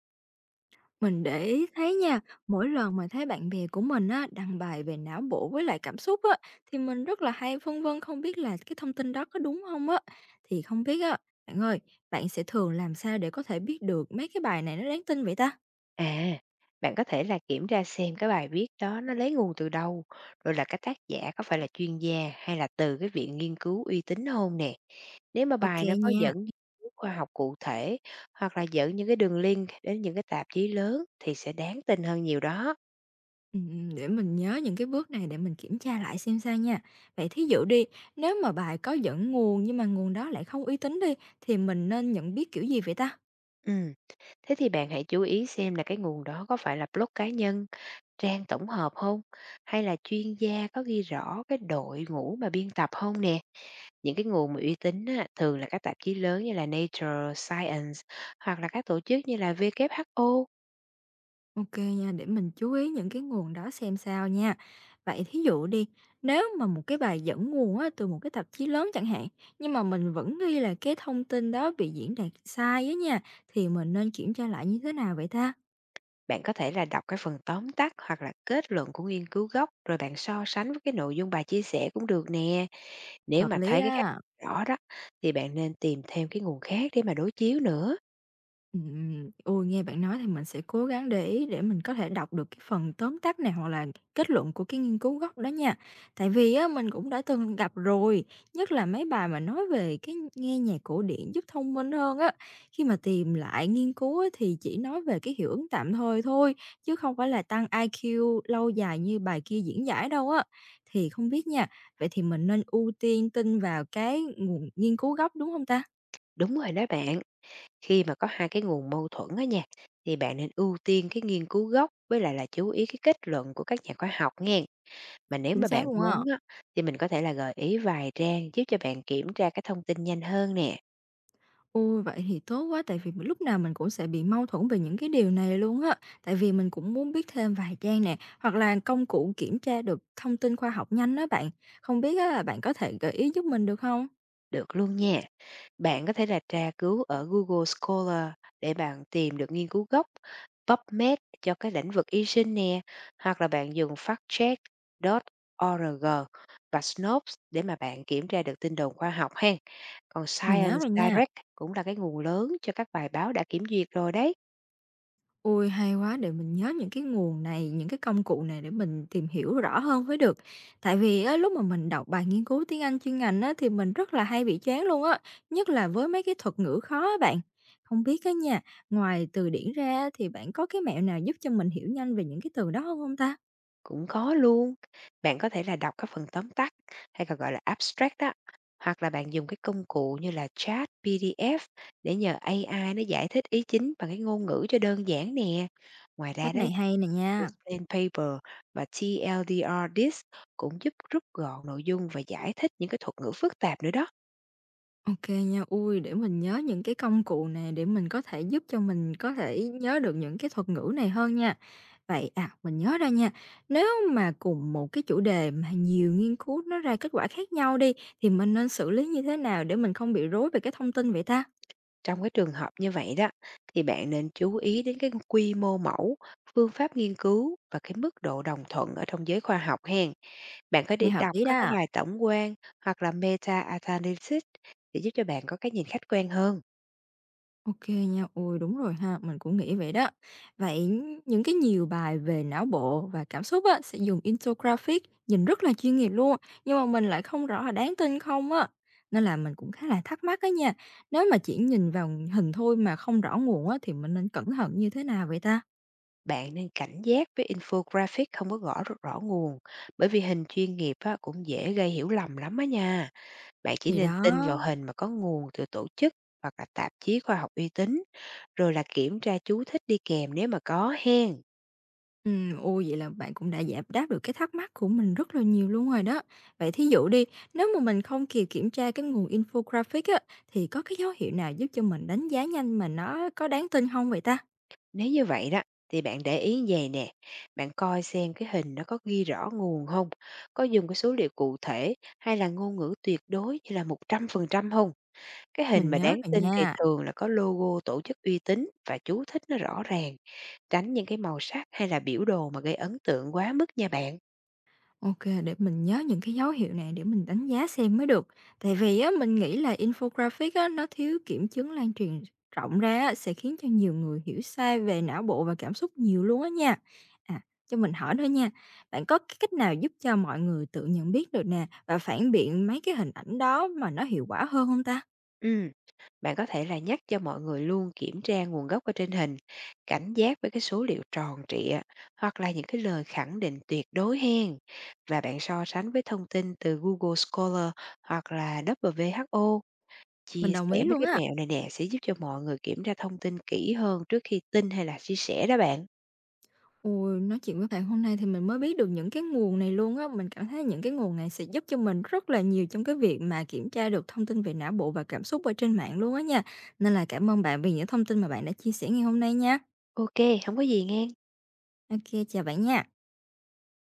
Mình để ý thấy nha, mỗi lần mà thấy bạn bè của mình á, đăng bài về não bộ với lại cảm xúc á, thì mình rất là hay phân vân không biết là cái thông tin đó có đúng không á. Thì không biết á, bạn ơi, bạn sẽ thường làm sao để có thể biết được mấy cái bài này nó đáng tin vậy ta? À, bạn có thể là kiểm tra xem cái bài viết đó nó lấy nguồn từ đâu, rồi là cái tác giả có phải là chuyên gia hay là từ cái viện nghiên cứu uy tín không nè. Nếu mà Ok bài nó có nha. dẫn nghiên cứu khoa học cụ thể hoặc là dẫn những cái đường link đến những cái tạp chí lớn thì sẽ đáng tin hơn nhiều đó. Ừ, để mình nhớ những cái bước này để mình kiểm tra lại xem sao nha. Vậy thí dụ đi, nếu mà bài có dẫn nguồn nhưng mà nguồn đó lại không uy tín đi, thì mình nên nhận biết kiểu gì vậy ta? Ừ. Thế thì bạn hãy chú ý xem là cái nguồn đó có phải là blog cá nhân, trang tổng hợp không, hay là chuyên gia có ghi rõ cái đội ngũ mà biên tập không nè. Những cái nguồn mà uy tín á, thường là các tạp chí lớn như là Nature, Science, hoặc là các tổ chức như là WHO. OK nha, để mình chú ý những cái nguồn đó xem sao nha. Vậy thí dụ đi, nếu mà một cái bài dẫn nguồn á, từ một cái tạp chí lớn chẳng hạn, nhưng mà mình vẫn nghi là cái thông tin đó bị diễn đạt sai á nha, thì mình nên kiểm tra lại như thế nào vậy ta? Bạn có thể là đọc cái phần tóm tắt hoặc là kết luận của nghiên cứu gốc rồi bạn so sánh với cái nội dung bài chia sẻ cũng được nè. Nếu Hợp mà lý thấy cái khác đó. rõ đó thì bạn nên tìm thêm cái nguồn khác để mà đối chiếu nữa. Ôi, nghe bạn nói thì mình sẽ cố gắng để ý để mình có thể đọc được cái phần tóm tắt này hoặc là kết luận của cái nghiên cứu gốc đó nha. Tại vì á, mình cũng đã từng gặp rồi, nhất là mấy bài mà nói về cái nghe nhạc cổ điển giúp thông minh hơn á. Khi mà tìm lại nghiên cứu á, thì chỉ nói về cái hiệu ứng tạm thời thôi, chứ không phải là tăng IQ lâu dài như bài kia diễn giải đâu á. Thì không biết nha, vậy thì mình nên ưu tiên tin vào cái nguồn nghiên cứu gốc đúng không ta? Đúng rồi đó bạn, khi mà có hai cái nguồn mâu thuẫn á nha thì bạn nên ưu tiên cái nghiên cứu gốc với lại là chú ý cái kết luận của các nhà khoa học nghe. Mà nếu Chính mà xác bạn luôn muốn á. á, thì mình có thể là gợi ý vài trang giúp cho bạn kiểm tra cái thông tin nhanh hơn nè. Ôi, vậy thì tốt quá, tại vì lúc nào mình cũng sẽ bị mâu thuẫn về những cái điều này luôn á. Tại vì mình cũng muốn biết thêm vài trang nè, hoặc là công cụ kiểm tra được thông tin khoa học nhanh đó bạn. Không biết á, là bạn có thể gợi ý giúp mình được không? Được luôn nha. Bạn có thể là tra cứu ở Google Scholar để bạn tìm được nghiên cứu gốc, PubMed cho cái lĩnh vực y sinh nè, hoặc là bạn dùng factcheck.org và Snopes để mà bạn kiểm tra được tin đồn khoa học ha. Còn Mình nhớ Science rồi nha. Direct cũng là cái nguồn lớn cho các bài báo đã kiểm duyệt rồi đấy. Ôi, hay quá, để mình nhớ những cái nguồn này, những cái công cụ này để mình tìm hiểu rõ hơn mới được. Tại vì á, lúc mà mình đọc bài nghiên cứu tiếng Anh chuyên ngành á, thì mình rất là hay bị chán luôn á, nhất là với mấy cái thuật ngữ khó á bạn. Không biết á nha, ngoài từ điển ra á, thì bạn có cái mẹo nào giúp cho mình hiểu nhanh về những cái từ đó không hông ta? Cũng có luôn. Bạn có thể là đọc các phần tóm tắt, hay còn gọi là abstract đó, hoặc là bạn dùng cái công cụ như là Chat PDF để nhờ AI nó giải thích ý chính bằng cái ngôn ngữ cho đơn giản nè. Ngoài ra Cách đó, này hay nè nha. Explain Paper và TLDR Disk cũng giúp rút gọn nội dung và giải thích những cái thuật ngữ phức tạp nữa đó. OK nha. Ui, để mình nhớ những cái công cụ này để mình có thể giúp cho mình có thể nhớ được những cái thuật ngữ này hơn nha. Vậy à, mình nhớ ra nha, nếu mà cùng một cái chủ đề mà nhiều nghiên cứu nó ra kết quả khác nhau đi, thì mình nên xử lý như thế nào để mình không bị rối về cái thông tin vậy ta? Trong cái trường hợp như vậy đó, thì bạn nên chú ý đến cái quy mô mẫu, phương pháp nghiên cứu và cái mức độ đồng thuận ở trong giới khoa học hen. Bạn có Nghe đi hợp đọc lý các cái đó. bài tổng quan hoặc là meta-analysis để giúp cho bạn có cái nhìn khách quan hơn. Ok nha, ôi đúng rồi ha, mình cũng nghĩ vậy đó. Vậy những cái nhiều bài về não bộ và cảm xúc á, sẽ dùng infographic, nhìn rất là chuyên nghiệp luôn, nhưng mà mình lại không rõ là đáng tin không á. Nên là mình cũng khá là thắc mắc á nha, nếu mà chỉ nhìn vào hình thôi mà không rõ nguồn á, thì mình nên cẩn thận như thế nào vậy ta? Bạn nên cảnh giác với infographic không có gõ rõ nguồn, bởi vì hình chuyên nghiệp á, cũng dễ gây hiểu lầm lắm á nha. Bạn chỉ Thì nên đó. tin vào hình mà có nguồn từ tổ chức hoặc là tạp chí khoa học uy tín, rồi là kiểm tra chú thích đi kèm nếu mà có hen. Ô, vậy là bạn cũng đã giải đáp được cái thắc mắc của mình rất là nhiều luôn rồi đó. Vậy thí dụ đi, nếu mà mình không kịp kiểm tra cái nguồn infographic á, thì có cái dấu hiệu nào giúp cho mình đánh giá nhanh mà nó có đáng tin không vậy ta? Nếu như vậy đó thì bạn để ý về nè, bạn coi xem cái hình nó có ghi rõ nguồn không, có dùng cái số liệu cụ thể hay là ngôn ngữ tuyệt đối như là 100% không. Cái hình Mình mà nhớ đáng rồi tin thì nha. thường là có logo tổ chức uy tín và chú thích nó rõ ràng, tránh những cái màu sắc hay là biểu đồ mà gây ấn tượng quá mức nha bạn. OK, để mình nhớ những cái dấu hiệu này để mình đánh giá xem mới được. Tại vì á, mình nghĩ là infographic á, nó thiếu kiểm chứng lan truyền rộng ra á, sẽ khiến cho nhiều người hiểu sai về não bộ và cảm xúc nhiều luôn á nha. À, cho mình hỏi thôi nha, bạn có cái cách nào giúp cho mọi người tự nhận biết được nè và phản biện mấy cái hình ảnh đó mà nó hiệu quả hơn không ta? Ừm, bạn có thể là nhắc cho mọi người luôn kiểm tra nguồn gốc ở trên hình, cảnh giác với cái số liệu tròn trịa hoặc là những cái lời khẳng định tuyệt đối hen. Và bạn so sánh với thông tin từ Google Scholar hoặc là WHO. Mình Chia đồng sẻ ý mấy luôn cái á. mẹo này nè sẽ giúp cho mọi người kiểm tra thông tin kỹ hơn trước khi tin hay là chia sẻ đó bạn. Ôi, nói chuyện với bạn hôm nay thì mình mới biết được những cái nguồn này luôn á, mình cảm thấy những cái nguồn này sẽ giúp cho mình rất là nhiều trong cái việc mà kiểm tra được thông tin về não bộ và cảm xúc ở trên mạng luôn á nha. Nên là cảm ơn bạn vì những thông tin mà bạn đã chia sẻ ngày hôm nay nha. Ok, không có gì nghe. Ok, chào bạn nha.